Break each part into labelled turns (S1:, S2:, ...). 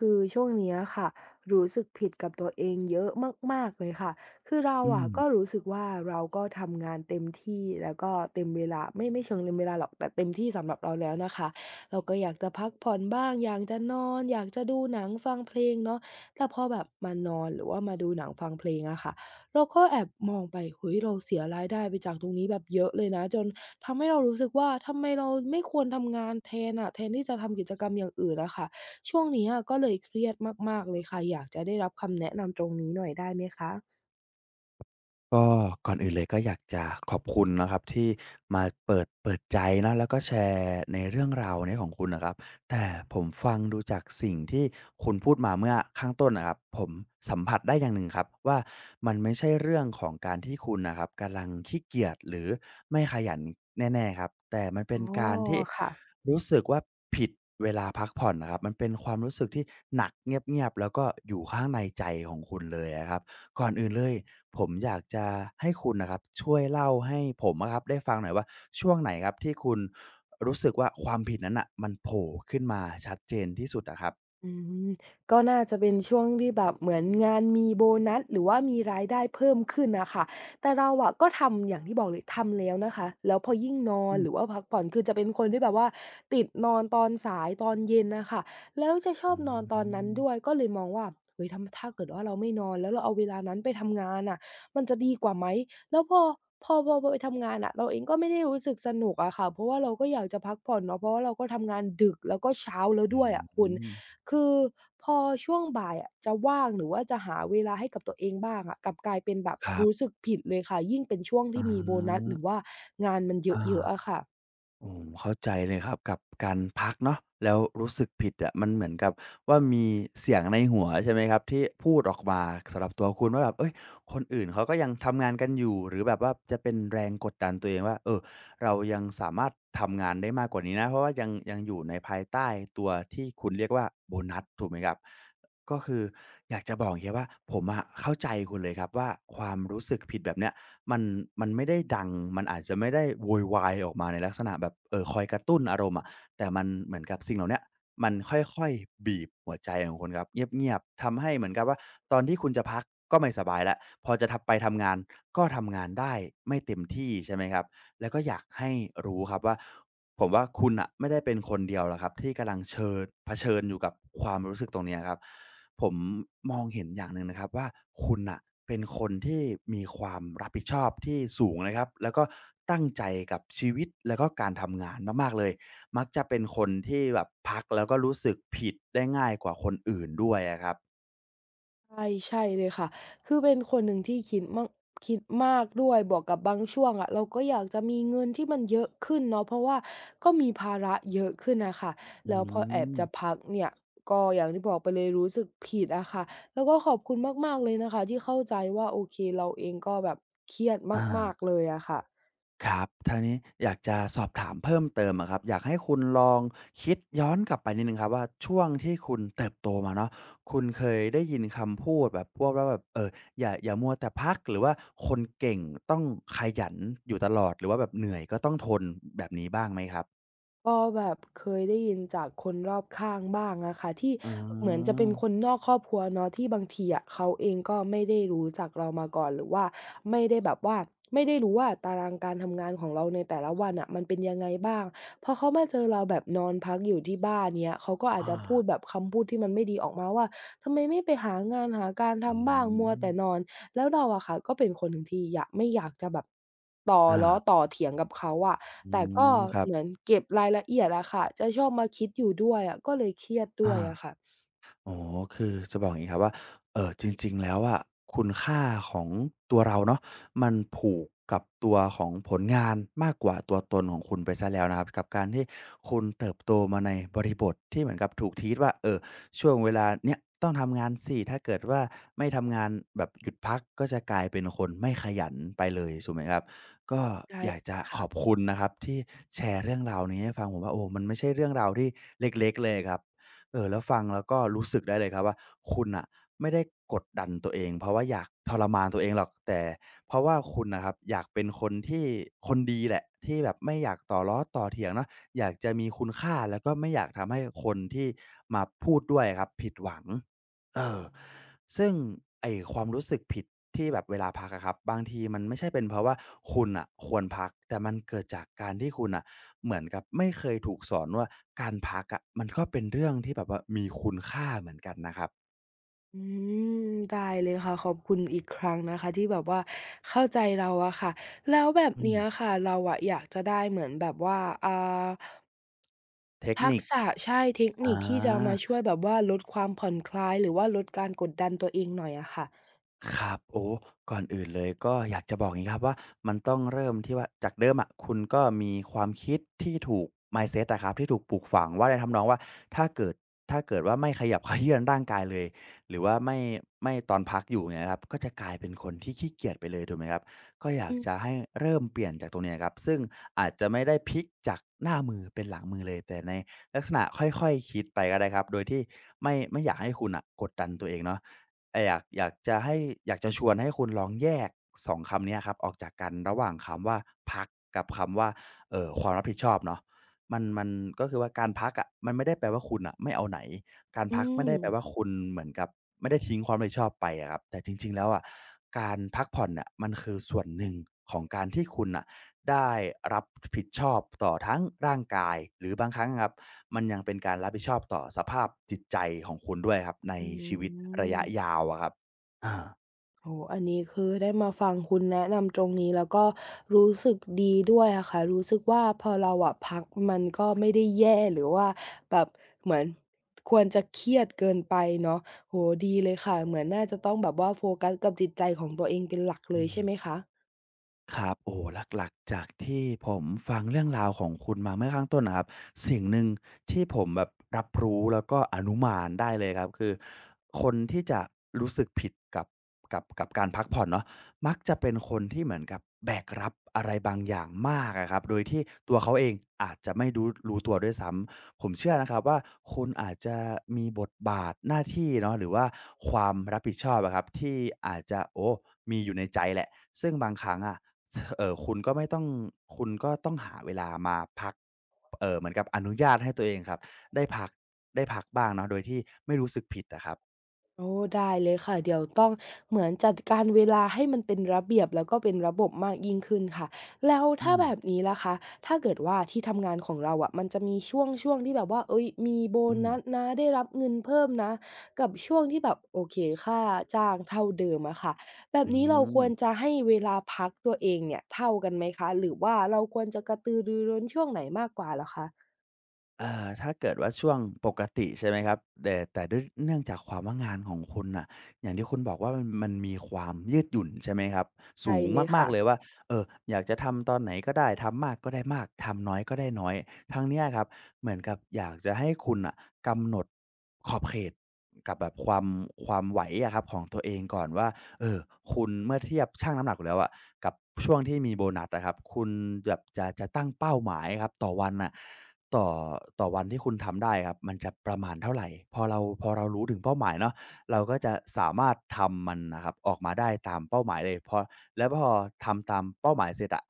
S1: คือช่วงเนี้ยค่ะรู้สึกผิดกับตัวเองเยอะมากๆเลยค่ะคือเรา
S2: อื
S1: อะก็
S2: ม
S1: รู้สึกว่าเราก็ทำงานเต็มที่แล้วก็เต็มเวลาไม่เชิงเต็มเวลาหรอกแต่เต็มที่สำหรับเราแล้วนะคะเราก็อยากจะพักผ่อนบ้างอยากจะนอนอยากจะดูหนังฟังเพลงเนาะแต่พอแบบมานอนหรือว่ามาดูหนังฟังเพลงอะค่ะเราก็แอบมองไปเฮ้ยเราเสียรายได้ไปจากตรงนี้แบบเยอะเลยนะจนทำให้เรารู้สึกว่าทำไมเราไม่ควรทำงานแทนอะแทนที่จะทำกิจกรรมอย่างอื่นอะค่ะ ช่วงนี้อะก็เลยเครียดมากๆเลยค่ะ อยากจะได้รับคำแนะนำตรงนี้หน่อยได้ไหมคะ
S2: ก็ก่อนอื่นเลยก็อยากจะขอบคุณนะครับที่มาเปิดใจนะแล้วก็แชร์ในเรื่องราวเนี้ยของคุณนะครับแต่ผมฟังดูจากสิ่งที่คุณพูดมาเมื่อข้างต้นนะครับผมสัมผัสได้อย่างหนึ่งครับว่ามันไม่ใช่เรื่องของการที่คุณนะครับกำลังขี้เกียจหรือไม่ขยันแน่ๆครับแต่มันเป็
S1: อ๋อ
S2: นการที่
S1: ค่ะ
S2: รู้สึกว่าผิดเวลาพักผ่อนนะครับมันเป็นความรู้สึกที่หนักเงียบๆแล้วก็อยู่ข้างในใจของคุณเลยอะครับ ก่อนอื่นเลยผมอยากจะให้คุณนะครับช่วยเล่าให้ผมอะครับได้ฟังหน่อยว่าช่วงไหนครับที่คุณรู้สึกว่าความผิดนั้นน่ะมันโผล่ขึ้นมาชัดเจนที่สุดอะครับ
S1: อืมก็น่าจะเป็นช่วงที่แบบเหมือนงานมีโบนัสหรือว่ามีรายได้เพิ่มขึ้นน่ะค่ะแต่เราอะก็ทำอย่างที่บอกเลยทำแล้วนะคะแล้วพอยิ่งนอ
S2: อื
S1: นหรือ
S2: ม
S1: ว่าพักผ่อนคือจะเป็นคนที่แบบว่าติดนอนตอนสายตอนเย็นน่ะค่ะแล้วจะชอ
S2: อื
S1: บนอนตอนนั้นด้วย
S2: ม
S1: ก็เลยมองว่าเฮ้ยถ้าเกิดว่าเราไม่นอนแล้วเราเอาเวลานั้นไปทำงานน่ะมันจะดีกว่าไหมแล้วพอไปทำงานน่ะเราเองก็ไม่ได้รู้สึกสนุกอะค่ะเพราะว่าเราก็อยากจะพักผ่อนเนาะเพราะว่าเราก็ทำงานดึกแล้วก็เช้าแล้ว
S2: อื
S1: ด้วยอะคุณ
S2: ม
S1: คือพอช่วงบ่ายอะจะว่างหรือว่าจะหาเวลาให้กับตัวเองบ้างอะกลับกลายเป็นแบบ
S2: ครั
S1: รู้
S2: บ
S1: สึกผิดเลยค่ะยิ่งเป็นช่วงที่
S2: อา
S1: มีโบนัสหรือว่างานมันเ
S2: อ
S1: ย
S2: า
S1: อะๆอะค่ะ
S2: อืมเข้าใจเลยครับกับการพักเนาะแล้วรู้สึกผิดอะะมันเหมือนกับว่ามีเสียงในหัวใช่ไหมครับที่พูดออกมาสำหรับตัวคุณว่าแบบเอ้ยคนอื่นเขาก็ยังทำงานกันอยู่หรือแบบว่าจะเป็นแรงกดดันตัวเองว่าเออเรายังสามารถทำงานได้มากกว่านี้นะเพราะว่ายังอยู่ในภายใต้ตัวที่คุณเรียกว่าโบนัสถูกไหมครับก็คืออยากจะบอกแค่างเงี้ยว่าผมอะเข้าใจคุณเลยครับว่าความรู้สึกผิดแบบเนี้ย มันมันไม่ได้ดังมันอาจจะไม่ได้โวยวายออกมาในลักษณะแบบคอยกระตุ้นอารมณ์อะแต่มันเหมือนกับสิ่งเหล่าเนี้ยมันค่อยๆบีบหัวใจของคุณครับเงียบๆทำให้เหมือนกับว่าตอนที่คุณจะพักก็ไม่สบายแล้วพอจะทำไปทำงานก็ทำงานได้ไม่เต็มที่ใช่ไหมครับแล้วก็อยากให้รู้ครับว่า ผมว่าคุณน่ะไม่ได้เป็นคนเดียวหรอกครับที่กำลังเชิญเผชิญอยู่กับความรู้สึกตรงเนี้ยครับผมมองเห็นอย่างหนึ่งนะครับว่าคุณน่ะเป็นคนที่มีความรับผิดชอบที่สูงนะครับแล้วก็ตั้งใจกับชีวิตแล้วก็การทำงานมากๆเลยมักจะเป็นคนที่แบบพักแล้วก็รู้สึกผิดได้ง่ายกว่าคนอื่นด้วยอะครับ
S1: ใช่ใช่เลยค่ะคือเป็นคนหนึ่งที่คิดมากด้วยบวกกับบางช่วงอะเราก็อยากจะมีเงินที่มันเยอะขึ้นเนาะเพราะว่าก็มีภาระเยอะขึ้นน่ะค่ะ
S2: อื
S1: แล้วพอแอบจะ
S2: ม
S1: พักเนี่ยก็อย่างที่บอกไปเลยรู้สึกผิดอะค่ะแล้วก็ขอบคุณมากๆเลยนะคะที่เข้าใจว่าโอเคเราเองก็แบบเครียด
S2: อา
S1: มากๆเลยอะค่ะ
S2: ครับทางนี้อยากจะสอบถามเพิ่มเติมอะครับ อยากให้คุณลองคิดย้อนกลับไปนิดหนึ่งครับว่าช่วงที่คุณเติบโตมาเนาะคุณเคยได้ยินคำพูดแบบพวกว่าแบบเอออย่ามัวแต่พักหรือว่าคนเก่งต้องขยันอยู่ตลอดหรือว่าแบบเหนื่อยก็ต้องทนแบบนี้บ้างไหมครับ
S1: ก็แบบเคยได้ยินจากคนรอบข้างบ้างอะค่ะที่
S2: อ๋
S1: เหมือนจะ
S2: อ
S1: เป็นคนนอกครอบครัวเนาะที่บางทีอะเขาเองก็ไม่ได้รู้จักเรามาก่อนหรือว่าไม่ได้แบบว่าไม่ได้รู้ว่าตารางการทำงานของเราในแต่ละวันน่ะมันเป็นยังไงบ้างพอเขามาเจอเราแบบนอนพักอยู่ที่บ้านเงี้ยเขาก็อาจ
S2: อา
S1: จะพูดแบบคำพูดที่มันไม่ดีออกมาว่าทำไมไม่ไปหางานหาการ
S2: อื
S1: ทำบ้างมัว
S2: ม
S1: แต่นอน แล้วเราอะค่ะก็เป็นคนหนึ่งที่อยากไม่อยากจะแบบต่อ
S2: อา
S1: ล้อต่อเถียงกับเขาอะ
S2: อื
S1: แต่ก็
S2: มครับ
S1: เหมือนเก็บรายละเอียดอะค่ะจะชอบมาคิดอยู่ด้วยอะก็เลยเครียดด้ว
S2: อา
S1: ยอะค่ะ
S2: อ๋อคือจะบอกอย่างนี้ครับว่าเออจริงๆแล้วอะคุณค่าของตัวเราเนาะมันผูกกับตัวของผลงานมากกว่าตัวตนของคุณไปซะแล้วนะครับกับการที่คุณเติบโตมาในบริบทที่เหมือนกับถูกท r e ว่าเออช่วงเวลาเนี้ยต้องทำงานสิถ้าเกิดว่าไม่ทำงานแบบหยุดพักก็จะกลายเป็นคนไม่ขยันไปเลยถูกไหมครับก็อยากจะขอบ
S1: ค่ะ
S2: คุณนะครับที่แชร์เรื่องราวนี้ให้ฟังผมว่าโอ้มันไม่ใช่เรื่องราวที่เล็กๆเลยครับ แล้วฟังแล้วก็รู้สึกได้เลยครับว่าคุณน่ะไม่ได้กดดันตัวเองเพราะว่าอยากทรมานตัวเองหรอกแต่เพราะว่าคุณน่ะครับอยากเป็นคนที่คนดีแหละที่แบบไม่อยากต่อล้อต่อเถียงเนาะอยากจะมีคุณค่าแล้วก็ไม่อยากทำให้คนที่มาพูดด้วยอะครับผิดหวัง เออซึ่งไอ้ความรู้สึกผิดที่แบบเวลาพักอะครับบางทีมันไม่ใช่เป็นเพราะว่าคุณน่ะควรพักแต่มันเกิดจากการที่คุณน่ะเหมือนกับไม่เคยถูกสอนว่าการพักอะมันก็เป็นเรื่องที่แบบว่ามีคุณค่าเหมือนกันนะครับ
S1: อืมได้เลยค่ะขอบคุณอีกครั้งนะคะที่แบบว่าเข้าใจเราอะค่ะแล้วแบบ
S2: อืม
S1: เนี้ยค่ะเราอะอยากจะได้เหมือนแบบว่าอ่า
S2: เทค
S1: ทั
S2: นิ
S1: ก
S2: ค
S1: ษะใช่เทค
S2: อ
S1: นิคที่จะมาช่ว
S2: า
S1: ยแบบว่าลดความผ่อนคลายหรือว่าลดการกดดันตัวเองหน่อยอะค่ะ
S2: ครับโอ้ก่อนอื่นเลยก็อยากจะบอกอย่างงี้ครับว่ามันต้องเริ่มที่ว่าจากเดิมอะคุณก็มีความคิดที่ถูก mindset อะครับที่ถูกปลูกฝังว่าในทำนองว่าถ้าเกิดถ้าเกิดว่าไม่ขยับเขยื้อนร่างกายเลยหรือว่าไม่ตอนพักอยู่เงี้ยครับก็จะกลายเป็นคนที่ขี้เกียจไปเลยถูกไหมครับก็อยา
S1: อื
S2: ก
S1: ม
S2: จะให้เริ่มเปลี่ยนจากตรงเนี้ยครับซึ่งอาจจะไม่ได้พลิกจากหน้ามือเป็นหลังมือเลยแต่ในลักษณะค่อยๆคิดไปก็ได้ครับโดยที่ไม่อยากให้คุณน่ะกดดันตัวเองเนาะ แต่อยากจะชวนให้คุณลองแยก2คำเนี้ยครับออกจากกันระหว่างคำว่าพักกับคำว่าความรับผิดชอบเนาะมันก็คือว่าการพักอะะมันไม่ได้แปลว่าคุณน่ะไม่เอาไหนการ
S1: อื
S2: พักไม่
S1: ม
S2: ได้แปลว่าคุณเหมือนกับไม่ได้ทิ้งความรับผิดชอบไปอะครับแต่จริงๆแล้วอะะการพักผ่อนเน่ยมันคือส่วนหนึ่งของการที่คุณอ่ะได้รับผิดชอบต่อทั้งร่างกายหรือบางครั้งอะครับ มันยังเป็นการรับผิดชอบต่อสภาพจิตใจของคุณด้วยครับใน
S1: อื
S2: ชีวิตระยะ
S1: ม
S2: ยาวอะครับอ
S1: โอ้โฮอันนี้คือได้มาฟังคุณแนะนำตรงนี้แล้วก็รู้สึกดีด้วยอะค่ะ รู้สึกว่าพอเราอะพักมันก็ไม่ได้แย่หรือว่าแบบเหมือนควรจะเครียดเกินไปเนาะโอ้โฮดีเลยค่ะเหมือนน่าจะต้องแบบว่าโฟกัสกับจิตใจของตัวเองเป็นหลักเลยใช่ไหม
S2: า
S1: คะ
S2: ครับโอ้โฮหลักๆจากที่ผมฟังเรื่องราวของคุณมาเมื่อข้างต้นนะครับสิ่งหนึ่งที่ผมแบบรับรู้แล้วก็อนุมานได้เลยครับคือคนที่จะรู้สึกผิดกับกับการพักผ่อนเนาะมักจะเป็นคนที่เหมือนกับแบกรับอะไรบางอย่างมากอะครับโดยที่ตัวเขาเองอาจจะไม่รู้ตัวด้วยซ้ำผมเชื่อนะครับว่าคุณอาจจะมีบทบาทหน้าที่เนาะหรือว่าความรับผิดชอบอะครับที่อาจจะมีอยู่ในใจแหละซึ่งบางครั้งอะ เออคุณก็ต้องหาเวลามาพักเออเหมือนกับอนุญาตให้ตัวเองครับได้พักได้พักบ้างเนาะโดยที่ไม่รู้สึกผิดอะครับ
S1: โอ้ได้เลยค่ะเดี๋ยวต้องเหมือนจัดการเวลาให้มันเป็นระเบียบแล้วก็เป็นระบบมากยิ่งขึ้นค่ะแล้ว
S2: อื
S1: ถ้า
S2: ม
S1: แบบนี้ล่ะคะถ้าเกิดว่าที่ทำงานของเราอะมันจะมีช่วงที่แบบว่าเฮ้ยมีโบ
S2: อืม
S1: นัสนะได้รับเงินเพิ่มนะกับช่วงที่แบบโอเคค่าจ้างเท่าเดิมอะค่ะแบบ
S2: อื
S1: นี้เราควร
S2: ม
S1: จะให้เวลาพักตัวเองเนี่ยเท่ากันไหมคะหรือว่าเราควรจะกระตือรือร้นช่วงไหนมากกว่าเหรอคะ
S2: ถ้าเกิดว่าช่วงปกติใช่ไหมครับแต่ด้วยเนื่องจากความว่างานของคุณน่ะอย่างที่คุณบอกว่ามันมีความยืดหยุ่นใช่ไหมครับสู
S1: ใช่
S2: ง
S1: เลย
S2: มาก
S1: ค่ะ
S2: ๆเลยว่าเอ่ออยากจะทำตอนไหนก็ได้ทำมากก็ได้มากทำน้อยก็ได้น้อยทางเนี้ยครับเหมือนกับอยากจะให้คุณน่ะกำหนดขอบเขตกับแบบความไหวอะครับของตัวเองก่อนว่า เออคุณเมื่อเทียบชั่งน้ำหนักอยู่แล้วอะกับช่วงที่มีโบนัสอะครับคุณแบบจะตั้งเป้าหมายครับต่อวันน่ะต่อต่อวันที่คุณทำได้ครับมันจะประมาณเท่าไรพอเรารู้ถึงเป้าหมายเนาะเราก็จะสามารถทำมันน่ะครับออกมาได้ตามเป้าหมายเลยพอแล้วพอทำตามเป้าหมายเสร็จอะ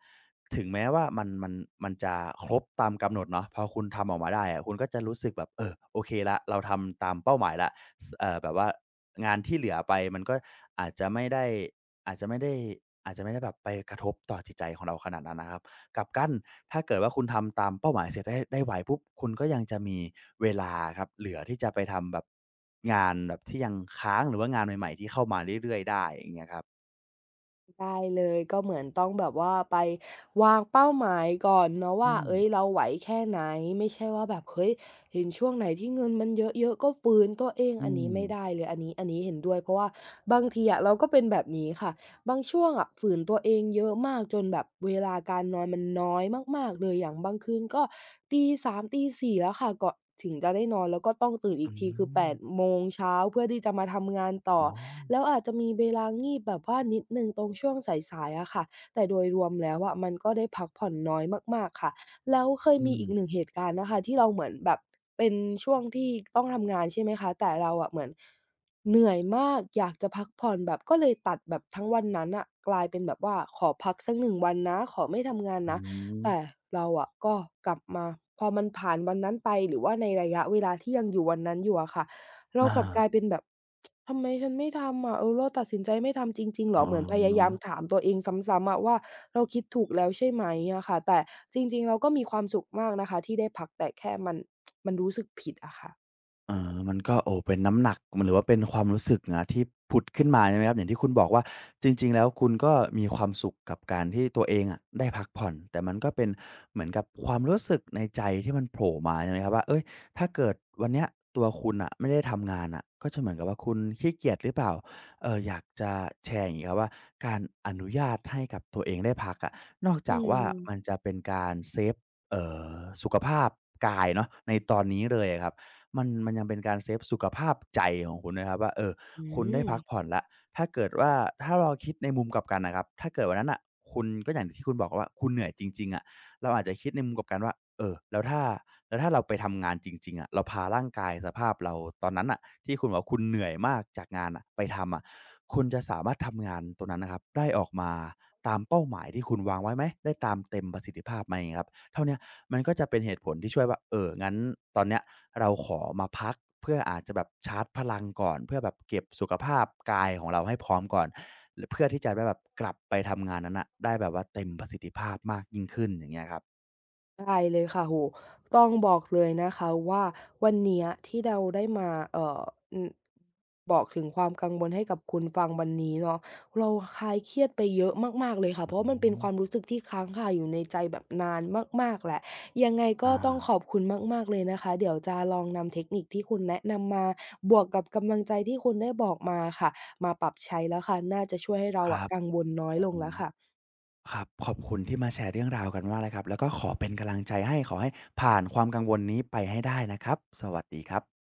S2: ถึงแม้ว่ามันจะครบตามกำหนดเนาะพอคุณทำออกมาได้อะคุณก็จะรู้สึกแบบเออโอเคแล้วเราทำตามเป้าหมายแล้ว สแบบว่างานที่เหลือไปมันก็อาจจะไม่ได้อาจจะไม่ได้อาจจะไม่ได้แบบไปกระทบต่อจิตใจของเราขนาดนั้นนะครับกลับกันถ้าเกิดว่าคุณทำตามเป้าหมายเสร็จได้ไวปุ๊บคุณก็ยังจะมีเวลาครับเหลือที่จะไปทำแบบงานแบบที่ยังค้างหรือว่างานใหม่ๆที่เข้ามาเรื่อยๆได้อย่างเงี้ยครับ
S1: ได้เลยก็เหมือนต้องแบบว่าไปวางเป้าหมายก่อนเนาะ
S2: อื
S1: ว่า
S2: ม
S1: เอ้ยเราไหวแค่ไหนไม่ใช่ว่าแบบเฮ้ยเห็นช่วงไหนที่เงินมันเยอะๆก็ฝืนตัวเอง
S2: อื
S1: อัน
S2: ม
S1: นี้ไม่ได้เลยอันนี้เห็นด้วยเพราะว่าบางทีอะเราก็เป็นแบบนี้ค่ะบางช่วงอะฝืนตัวเองเยอะมากจนแบบเวลาการนอนมันน้อยมากๆเลยอย่างบางคืนก็ตีสามตี4แล้วค่ะก่อนถึงจะได้นอนแล้วก็ต้องตื่นอี
S2: อื
S1: กทีคือ
S2: ม
S1: 8โมงเช้าเพื่อที่จะมาทำงานต่อ
S2: อ๋อ
S1: แล้วอาจจะมีเวลางีบแบบว่านิดหนึ่งตรงช่วงสายๆอะค่ะแต่โดยรวมแล้วอะมันก็ได้พักผ่อนน้อยมากๆค่ะแล้วเคย
S2: อื
S1: มี
S2: ม
S1: อีกหนึ่งเหตุการณ์นะคะที่เราเหมือนแบบเป็นช่วงที่ต้องทำงานใช่ไหมคะ แต่เราอะเหมือนเหนื่อยมากอยากจะพักผ่อนแบบก็เลยตัดแบบทั้งวันนั้นน่ะกลายเป็นแบบว่าขอพักสักหนึ่งวันนะขอไม่ทำงาน
S2: อื
S1: นะ
S2: ม
S1: แต่เราอะก็กลับมาพอมันผ่านวันนั้นไปหรือว่าในระยะเวลาที่ยังอยู่วันนั้นอยู่อะค่ะเรา
S2: อา
S1: กลับกลายเป็นแบบ ทำไมฉันไม่ทำอะเออเราตัดสินใจไม่ทำจริงๆเหร
S2: อ๋อ
S1: อเหมือนพยายามถามตัวเองซ้ำๆอะว่าเราคิดถูกแล้วใช่ไหมอะค่ะแต่จริงๆเราก็มีความสุขมากนะคะที่ได้พักแต่แค่มันมันรู้สึกผิดอะค่ะ
S2: เออมันก็เป็นน้ำหนักมันหรือว่าเป็นความรู้สึกนะที่ผุดขึ้นมาใช่ไหมครับอย่างที่คุณบอกว่าจริงๆแล้วคุณก็มีความสุขกับการที่ตัวเองอะได้พักผ่อนแต่มันก็เป็นเหมือนกับความรู้สึกในใจที่มันโผล่มาใช่ไหมครับว่าเฮ้ยถ้าเกิดวันเนี้ยตัวคุณน่ะไม่ได้ทำงานน่ะก็จะเหมือนกับว่าคุณขี้เกียจหรือเปล่าอยากจะแชร์อย่างงี้ครับว่าการอนุญาตให้กับตัวเองได้พักอะนอก
S1: อื
S2: จากว่ามัน
S1: ม
S2: จะเป็นการเซฟเอ่อสุขภาพกายเนาะในตอนนี้เลยอะครับ มันยังเป็นการเซฟสุขภาพใจของคุณด้ยครับว่าเออ
S1: อื
S2: คุณได้
S1: ม
S2: พักผ่อนแล้วถ้าเกิดว่าถ้าเราคิดในมุมกลับกันอะครับถ้าเกิดวันนั้นน่ะคุณก็อย่างที่คุณบอกว่าคุณเหนื่อยจริงๆอะเราอาจจะคิดในมุมกลับกันว่าเออแล้วถ้าเราไปทำงานจริงๆอะเราพาร่างกายสภาพเราตอนนั้นน่ะที่คุณบอกว่าคุณเหนื่อยมากจากงานน่ะไปทำอะคุณจะสามารถทำงานตรงนั้นนะครับได้ออกมาตามเป้าหมายที่คุณวางไว้ไหมได้ตามเต็มประสิทธิภาพไหมอย่างเงี้ยครับเท่าเนี้ย มันก็จะเป็นเหตุผลที่ช่วยว่าเอองั้นตอนเนี้ยเราขอมาพักเพื่ออาจจะแบบชาร์จพลังก่อนเพื่อแบบเก็บสุขภาพกายของเราให้พร้อมก่อนหรือเพื่อที่จะได้แบบกลับไปทำงานนั้นน่ะได้แบบว่าเต็มประสิทธิภาพมากยิ่งขึ้นอย่างเงี้ยครับ
S1: ได้เลยค่ะโห้ต้องบอกเลยนะคะว่าวันเนี้ยที่เราได้มาอืมบอกถึงความกังวลให้กับคุณฟังวันนี้เนาะเราคลายเครียดไปเยอะมากๆเลยค่ะ
S2: อื
S1: เพราะว่ามันเป็น
S2: ม
S1: ความรู้สึกที่ค้างคาอยู่ในใจแบบนานมากๆแหละยังไงก็
S2: อา
S1: ต้องขอบคุณมากๆเลยนะคะเดี๋ยวจะลองนำเทคนิคที่คุณแนะนำมาบวกกับกำลังใจที่คุณได้บอกมาค่ะมาปรับใช้แล้วค่ะน่าจะช่วยให้เรา
S2: ค
S1: อะ
S2: รับ
S1: กังวลน้อย
S2: โอ้
S1: ล
S2: โฮ
S1: งแล้วค่ะ
S2: ครับขอบคุณที่มาแชร์เรื่องราวกันมากเลยครับแล้วก็ขอเป็นกำลังใจให้ขอให้ผ่านความกังวลนี้ไปให้ได้นะครับสวัสดีครับ